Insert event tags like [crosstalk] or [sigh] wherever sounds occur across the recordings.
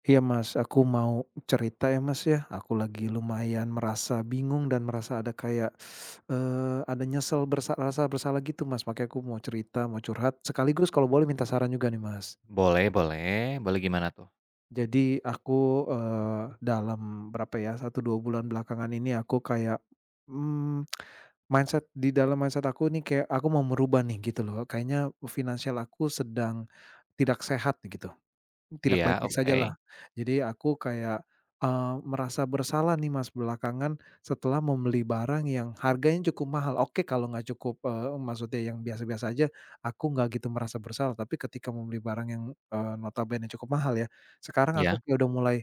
Iya Mas, aku mau cerita ya Mas ya, aku lagi lumayan merasa bingung dan merasa ada kayak, ada nyesel rasa bersalah gitu Mas, makanya aku mau cerita, mau curhat, sekaligus kalau boleh minta saran juga nih Mas. Boleh boleh boleh, gimana tuh? Jadi aku, dalam berapa ya, satu 2 bulan belakangan ini aku kayak, mmm, di dalam mindset aku nih kayak aku mau merubah nih gitu loh, kayaknya finansial aku sedang tidak sehat gitu. Tidak Iya, baik-baik oke. sajalah. Jadi aku kayak, merasa bersalah nih Mas belakangan setelah membeli barang yang harganya cukup mahal. Oke kalau nggak cukup, maksudnya yang biasa-biasa aja, aku nggak gitu merasa bersalah. Tapi ketika membeli barang yang, notabene cukup mahal ya, sekarang aku Iya. kayak udah mulai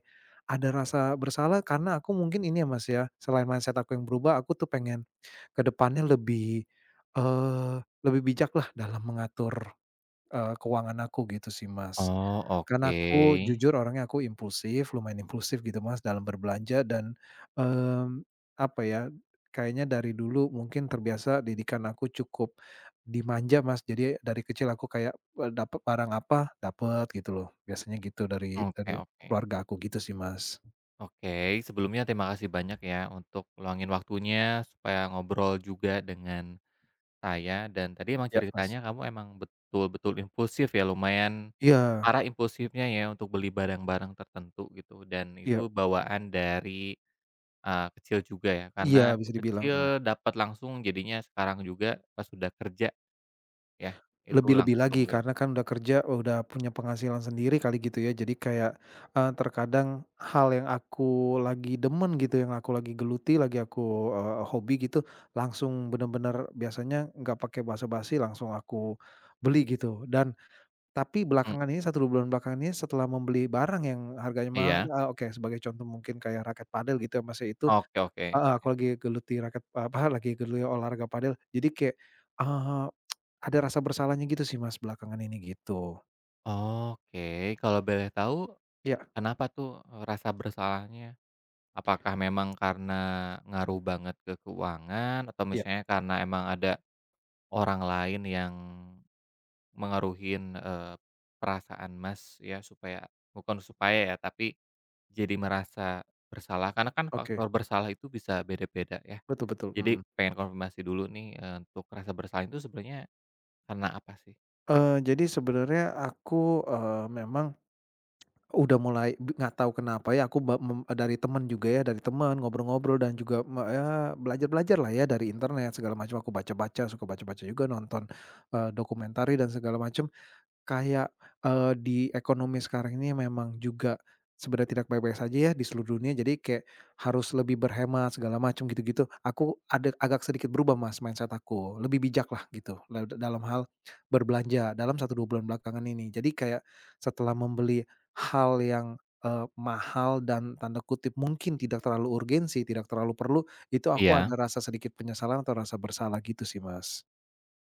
ada rasa bersalah karena aku mungkin ini ya Mas ya, selain mindset aku yang berubah, aku tuh pengen ke depannya lebih, eee, lebih bijaklah dalam mengatur keuangan aku gitu sih, Mas. Oh, Karena aku oke. jujur orangnya aku impulsif, lumayan impulsif gitu, Mas, dalam berbelanja dan, mmm, apa ya, kayaknya dari dulu mungkin terbiasa didikan aku cukup dimanja, Mas. Jadi dari kecil aku kayak, dapat barang apa, dapat gitu loh. Biasanya gitu dari Oke dari oke. keluarga aku gitu sih, Mas. Oke, sebelumnya terima kasih banyak ya untuk luangin waktunya supaya ngobrol juga dengan saya. Dan tadi emang Ya. Mas ceritanya kamu emang betul-betul impulsif ya, lumayan iya parah impulsifnya ya untuk beli barang-barang tertentu gitu. Dan iya itu bawaan dari, kecil juga ya, iya, karena bisa dibilang, kecil dapat langsung, jadinya sekarang juga pas sudah kerja ya, itu Lebih-lebih lagi langsung gitu. karena kan udah kerja, udah punya penghasilan sendiri kali gitu ya. Jadi kayak, terkadang hal yang aku lagi demen gitu, yang aku lagi geluti, lagi aku, hobi gitu, langsung bener-bener biasanya nggak pakai basa-basi langsung aku beli gitu. Dan tapi Mmm, belakangan ini satu 2 bulan belakangan ini setelah membeli barang yang harganya mahal, iya. Oke sebagai contoh mungkin kayak raket padel gitu ya Mas ya, itu Oke oke heeh, aku oke. lagi geluti raket apa, lagi geluti olahraga padel. Jadi kayak, eee, ada rasa bersalahnya gitu sih Mas belakangan ini gitu. Oke, kalau boleh tahu Iya, kenapa tuh, rasa bersalahnya? Apakah memang karena ngaruh banget ke keuangan, atau iya, misalnya karena emang ada orang lain yang mengaruhin, perasaan Mas ya supaya, bukan supaya ya, tapi jadi merasa bersalah, karena kan oke, faktor bersalah itu bisa beda-beda ya. betul betul, Jadi mhm. pengen konfirmasi dulu nih, untuk rasa bersalah itu sebenarnya karena apa sih? Jadi sebenarnya aku, memang udah mulai nggak tahu kenapa ya aku ba mem dari teman juga ya, dari teman ngobrol-ngobrol dan juga ya belajar-belajar lah ya dari internet segala macam, aku baca-baca, suka baca-baca juga, nonton, dokumentari dan segala macam. Kayak, di ekonomi sekarang ini memang juga sebenarnya tidak baik-baik saja ya di seluruh dunia, jadi kayak harus lebih berhemat segala macam gitu-gitu. Aku ada agak sedikit berubah Mas mindset aku, lebih bijak lah gitu la dalam hal berbelanja dalam satu 2 bulan belakangan ini. Jadi kayak setelah membeli hal yang, mahal dan tanda kutip mungkin tidak terlalu urgensi, tidak terlalu perlu, itu aku Iya. ada rasa sedikit penyesalan atau rasa bersalah gitu sih Mas.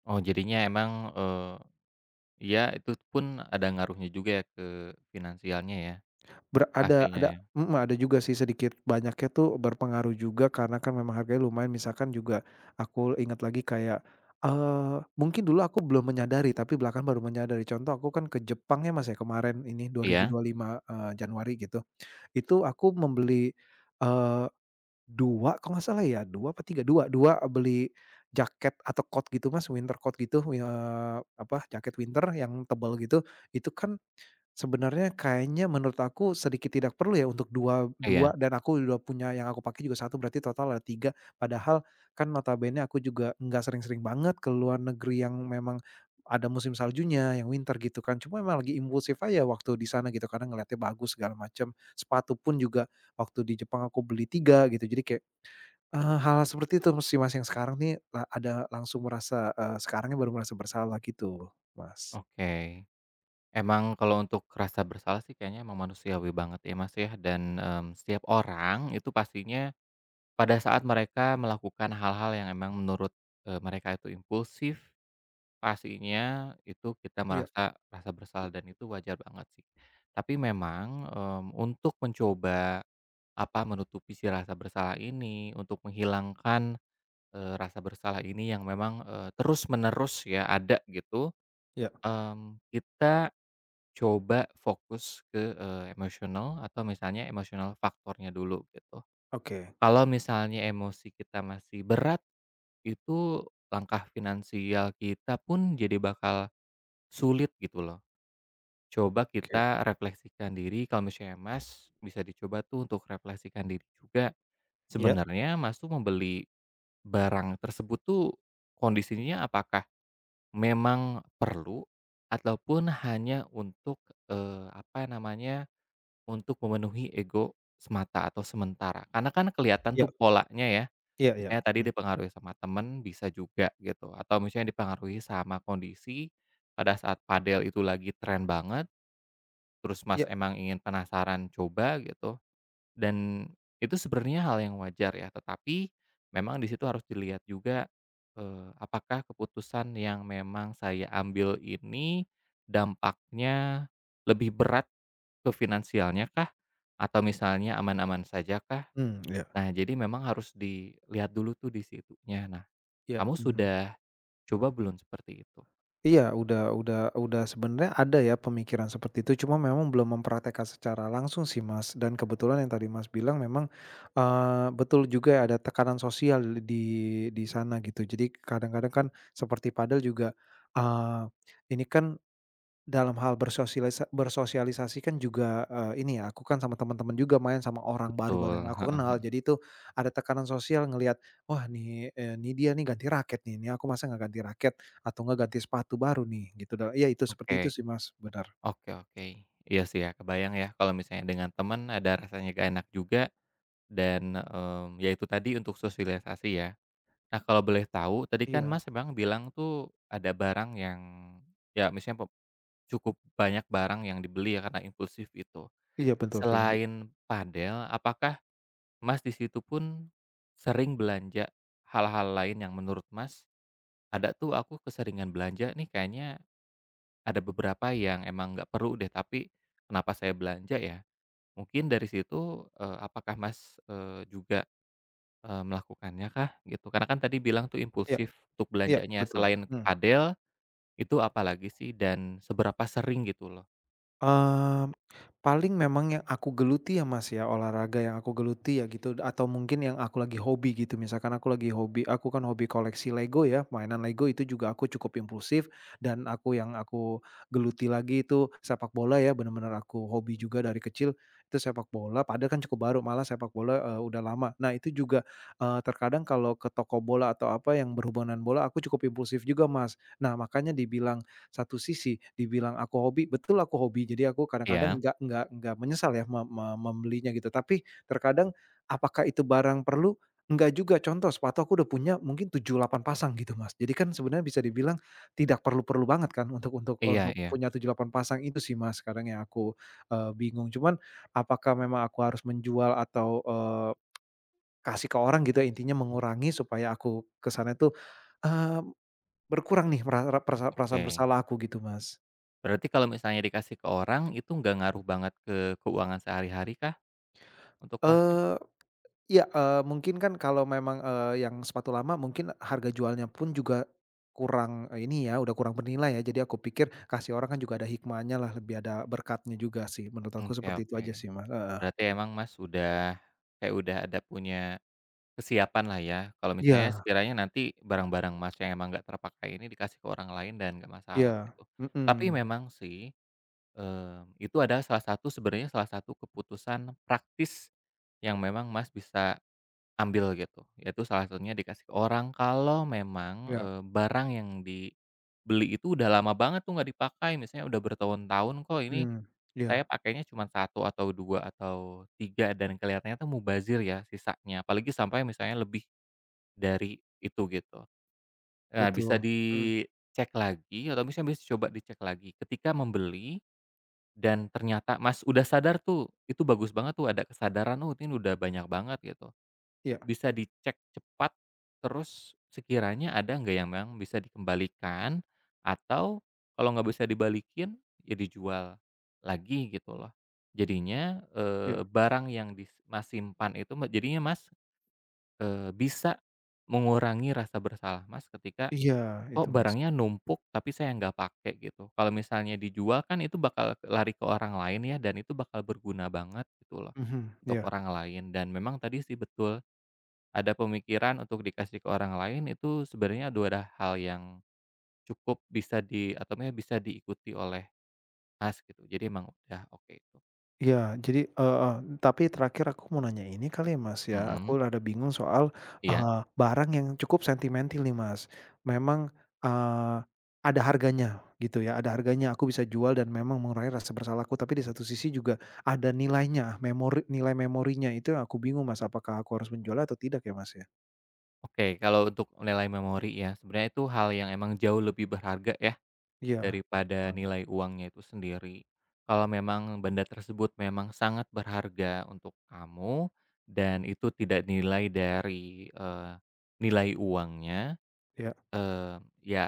Oh jadinya emang, eee, iya itu pun ada ngaruhnya juga ya ke finansialnya ya, pastinya Ada ya? mhm, ada juga sih sedikit banyaknya tuh berpengaruh juga karena kan memang harganya lumayan misalkan juga aku ingat lagi kayak, mungkin dulu aku belum menyadari tapi belakangan baru menyadari contoh aku kan ke Jepang ya, Mas, ya kemarin ini Iya? 2025, Januari gitu. Itu aku membeli, eee, 2 kalau nggak salah ya 2 apa 3 2 2 beli jaket atau coat gitu, Mas, winter coat gitu, apa jaket winter yang tebal gitu, itu kan sebenarnya kayaknya menurut aku sedikit tidak perlu ya untuk dua dua Iya? dan aku udah punya yang aku pakai juga satu berarti total ada 3. Padahal kan notabene aku juga nggak sering-sering banget ke luar negeri yang memang ada musim saljunya, yang winter gitu kan. Cuma emang lagi impulsif aja waktu di sana gitu karena ngeliatnya bagus segala macam. Sepatu pun juga waktu di Jepang aku beli 3 gitu. Jadi kayak, hal-hal seperti itu sih, Mas, yang sekarang nih la ada langsung merasa, sekarangnya baru merasa bersalah gitu, Mas. Oke. Emang kalau untuk rasa bersalah sih kayaknya emang manusiawi banget ya Mas ya. Dan, setiap orang itu pastinya pada saat mereka melakukan hal-hal yang emang menurut, mereka itu impulsif, pastinya itu kita, mhm, Iya, merasa rasa bersalah, dan itu wajar banget sih. Tapi memang, untuk mencoba, apa, menutupi si rasa bersalah ini, untuk menghilangkan, rasa bersalah ini yang memang, terus-menerus ya ada gitu, iya, kita coba fokus ke, emosional, atau misalnya emosional faktornya dulu gitu. oke, Kalau misalnya emosi kita masih berat, itu langkah finansial kita pun jadi bakal sulit gitu loh. Coba oke. kita refleksikan diri, kalau misalnya Mas bisa dicoba tuh untuk refleksikan diri juga. Iya? Sebenarnya Mas tuh membeli barang tersebut tuh kondisinya apakah memang perlu, ataupun hanya untuk, apa namanya, untuk memenuhi ego semata atau sementara. Karena kan kelihatan Iya, tuh polanya ya. iya, iya, Misalnya tadi mmm, dipengaruhi sama temen, bisa juga gitu, atau misalnya dipengaruhi sama kondisi pada saat padel itu lagi tren banget, terus Mas iya, emang ingin penasaran coba gitu, dan itu sebenarnya hal yang wajar ya. Tetapi memang di situ harus dilihat juga, apakah keputusan yang memang saya ambil ini dampaknya lebih berat ke finansialnya kah? Atau misalnya aman-aman saja kah? mmm, iya, Nah, jadi memang harus dilihat dulu tuh di situnya. Nah, iya, kamu mhm. sudah coba belum seperti itu? Iya, udah sebenarnya ada ya pemikiran seperti itu, cuma memang belum mempraktekkan secara langsung sih, Mas, dan kebetulan yang tadi Mas bilang memang, betul juga ya, ada tekanan sosial di di sana gitu. Jadi kadang-kadang kan seperti padel juga, eee, ini kan dalam hal bersosialisasi kan juga, ini ya, aku kan sama teman-teman juga main sama orang Betul, baru-baru yang aku kenal. Jadi itu ada tekanan sosial ngelihat, "Wah nih, nih dia nih ganti raket nih, nih aku masa nggak ganti raket atau nggak ganti sepatu baru nih?" Gitu da iya itu [laughs] seperti itu oke. sih Mas, benar. Oke oke. Iya sih ya, kebayang ya kalau misalnya dengan teman ada rasanya gak enak juga. Dan, ya itu tadi untuk sosialisasi ya. Nah kalau boleh tahu tadi kan Iya, Mas memang bilang tuh ada barang yang, ya misalnya pep, cukup banyak barang yang dibeli ya karena impulsif itu. iya betul, kayak gitu. Selain padel, apakah Mas di situ pun sering belanja hal-hal lain yang menurut Mas, "Ada tuh, aku keseringan belanja nih kayaknya, ada beberapa yang emang nggak perlu deh, tapi kenapa saya belanja ya?" Mungkin dari situ, apakah Mas, juga, melakukannya kah gitu? Karena kan tadi bilang tuh Iya, impulsif untuk iya belanjanya, betul, selain ke mhm. padel, itu apalagi sih, dan seberapa sering gitu loh? Mmm, paling memang yang aku geluti ya, Mas, ya, olahraga yang aku geluti ya gitu atau mungkin yang aku lagi hobi gitu. Misalkan aku lagi hobi aku kan hobi koleksi Lego ya, mainan Lego itu juga aku cukup impulsif dan aku yang aku geluti lagi itu sepak bola ya, bener-bener aku hobi juga dari kecil itu sepak bola, padahal kan cukup baru, malah sepak bola, udah lama. Nah itu juga, terkadang kalau ke toko bola atau apa yang berhubungan bola aku cukup impulsif juga, Mas. Nah makanya dibilang satu sisi dibilang aku hobi, betul aku hobi. Jadi aku kadang-kadang Iya. nggak menyesal ya me me membelinya gitu. Tapi terkadang apakah itu barang perlu? Enggak juga. Contoh sepatu aku udah punya mungkin 7 8 pasang gitu, Mas. Jadi kan sebenarnya bisa dibilang tidak perlu-perlu banget kan untuk untuk Iya untuk iya, punya 7 8 pasang itu sih, Mas, sekarang yang aku, bingung. Cuman apakah memang aku harus menjual atau, kasih ke orang gitu ya intinya mengurangi supaya aku kesannya tuh, eee, berkurang nih perasaan oke. bersalah aku gitu, Mas. Berarti kalau misalnya dikasih ke orang itu nggak ngaruh banget ke keuangan sehari-hari kah untuk Masnya? Eee, iya, mungkin kan kalau memang, yang sepatu lama mungkin harga jualnya pun juga kurang eh, ini ya, udah kurang bernilai ya. Jadi aku pikir kasih orang kan juga ada hikmahnya lah, lebih ada berkatnya juga sih. Menurut aku Oke seperti itu oke. aja sih, Mas, heeh. Berarti emang Mas sudah kayak udah ada punya kesiapan lah ya, kalau misalnya Iya, sekiranya nanti barang-barang Mas yang emang nggak terpakai ini dikasih ke orang lain dan nggak masalah iya, gitu. Tapi mhm, memang sih, itu adalah salah satu, sebenarnya salah satu keputusan praktis yang memang Mas bisa ambil gitu, yaitu salah satunya dikasih ke orang kalau memang, iya, barang yang dibeli itu udah lama banget tuh nggak dipakai, misalnya udah bertahun-tahun, kok ini mmm, iya, saya pakainya cuma satu atau 2 atau tiga, dan kelihatannya tuh mubazir ya sisanya, apalagi sampai misalnya lebih dari itu gitu. Nah bisa betul, mhm, dicek lagi, atau misalnya bisa coba dicek lagi ketika membeli, dan ternyata Mas udah sadar tuh, itu bagus banget tuh ada kesadaran, "Oh ini udah banyak banget," gitu. iya, Bisa dicek cepat, terus sekiranya ada nggak yang memang bisa dikembalikan, atau kalau nggak bisa dibalikin, ya dijual lagi gitu loh. Jadinya, iya, barang yang dis Mas simpan itu me jadinya Mas, bisa mengurangi rasa bersalah Mas ketika, iya itu, kok Mas, barangnya numpuk tapi saya nggak pakai gitu. Kalau misalnya dijual kan itu bakal lari ke orang lain ya, dan itu bakal berguna banget gitu loh, mhm, untuk iya. orang lain. Dan memang tadi sih betul, ada pemikiran untuk dikasih ke orang lain itu sebenarnya adalah hal yang cukup bisa di, atau maksudnya bisa diikuti oleh Mas gitu. Jadi emang udah oke itu. Iya, jadi heeh, tapi terakhir aku mau nanya ini kali ya, Mas, ya, aku Mhm, rada bingung soal, iya. eee, barang yang cukup sentimental nih, Mas. Memang, eee, ada harganya gitu ya, ada harganya aku bisa jual dan memang mengurangi rasa bersalahku, tapi di satu sisi juga ada nilainya, nilai memorinya itu yang aku bingung, Mas, apakah aku harus menjualnya atau tidak ya, Mas, ya? Oke, kalau untuk nilai memori ya sebenarnya itu hal yang emang jauh lebih berharga ya. Iya, Daripada mmm, nilai uangnya itu sendiri. Kalau memang benda tersebut memang sangat berharga untuk kamu, dan itu tidak nilai dari, nilai uangnya, iya, eee, ya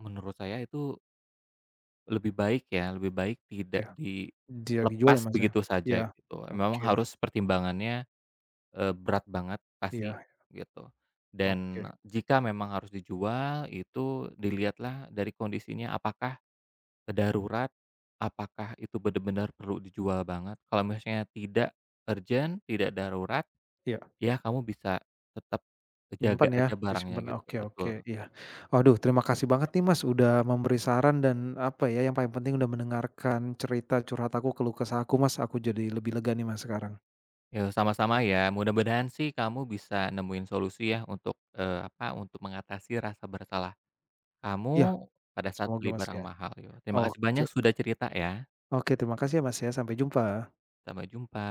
menurut saya itu lebih baik ya, lebih baik tidak iya, dia dijual ya, dilepas Mas, ya? begitu Iya, saja gitu. Memang oke, harus pertimbangannya, berat banget pasti iya, gitu. Dan oke, jika memang harus dijual itu dilihatlah dari kondisinya apakah darurat, apakah itu benar-benar perlu dijual banget? Kalau misalnya tidak urgent, tidak darurat, iya. ya kamu bisa tetap jaga Nyimpen ya, aja barangnya disimpan, gitu, oke betul oke, iya. gitu. Waduh, terima kasih banget nih Mas udah memberi saran dan apa ya, yang paling penting udah mendengarkan cerita curhat aku, keluh kesah aku Mas. Aku jadi lebih lega nih Mas sekarang. Ya sama-sama ya, mudah-mudahan sih kamu bisa nemuin solusi ya untuk, apa, untuk mengatasi rasa bersalah Iya, kamu pada saat semoga beli Mas barang ya. mahal yo. Terima kasih Oke, banyak sudah cerita ya, oke terima kasih ya Mas ya, sampai jumpa. sampai jumpa.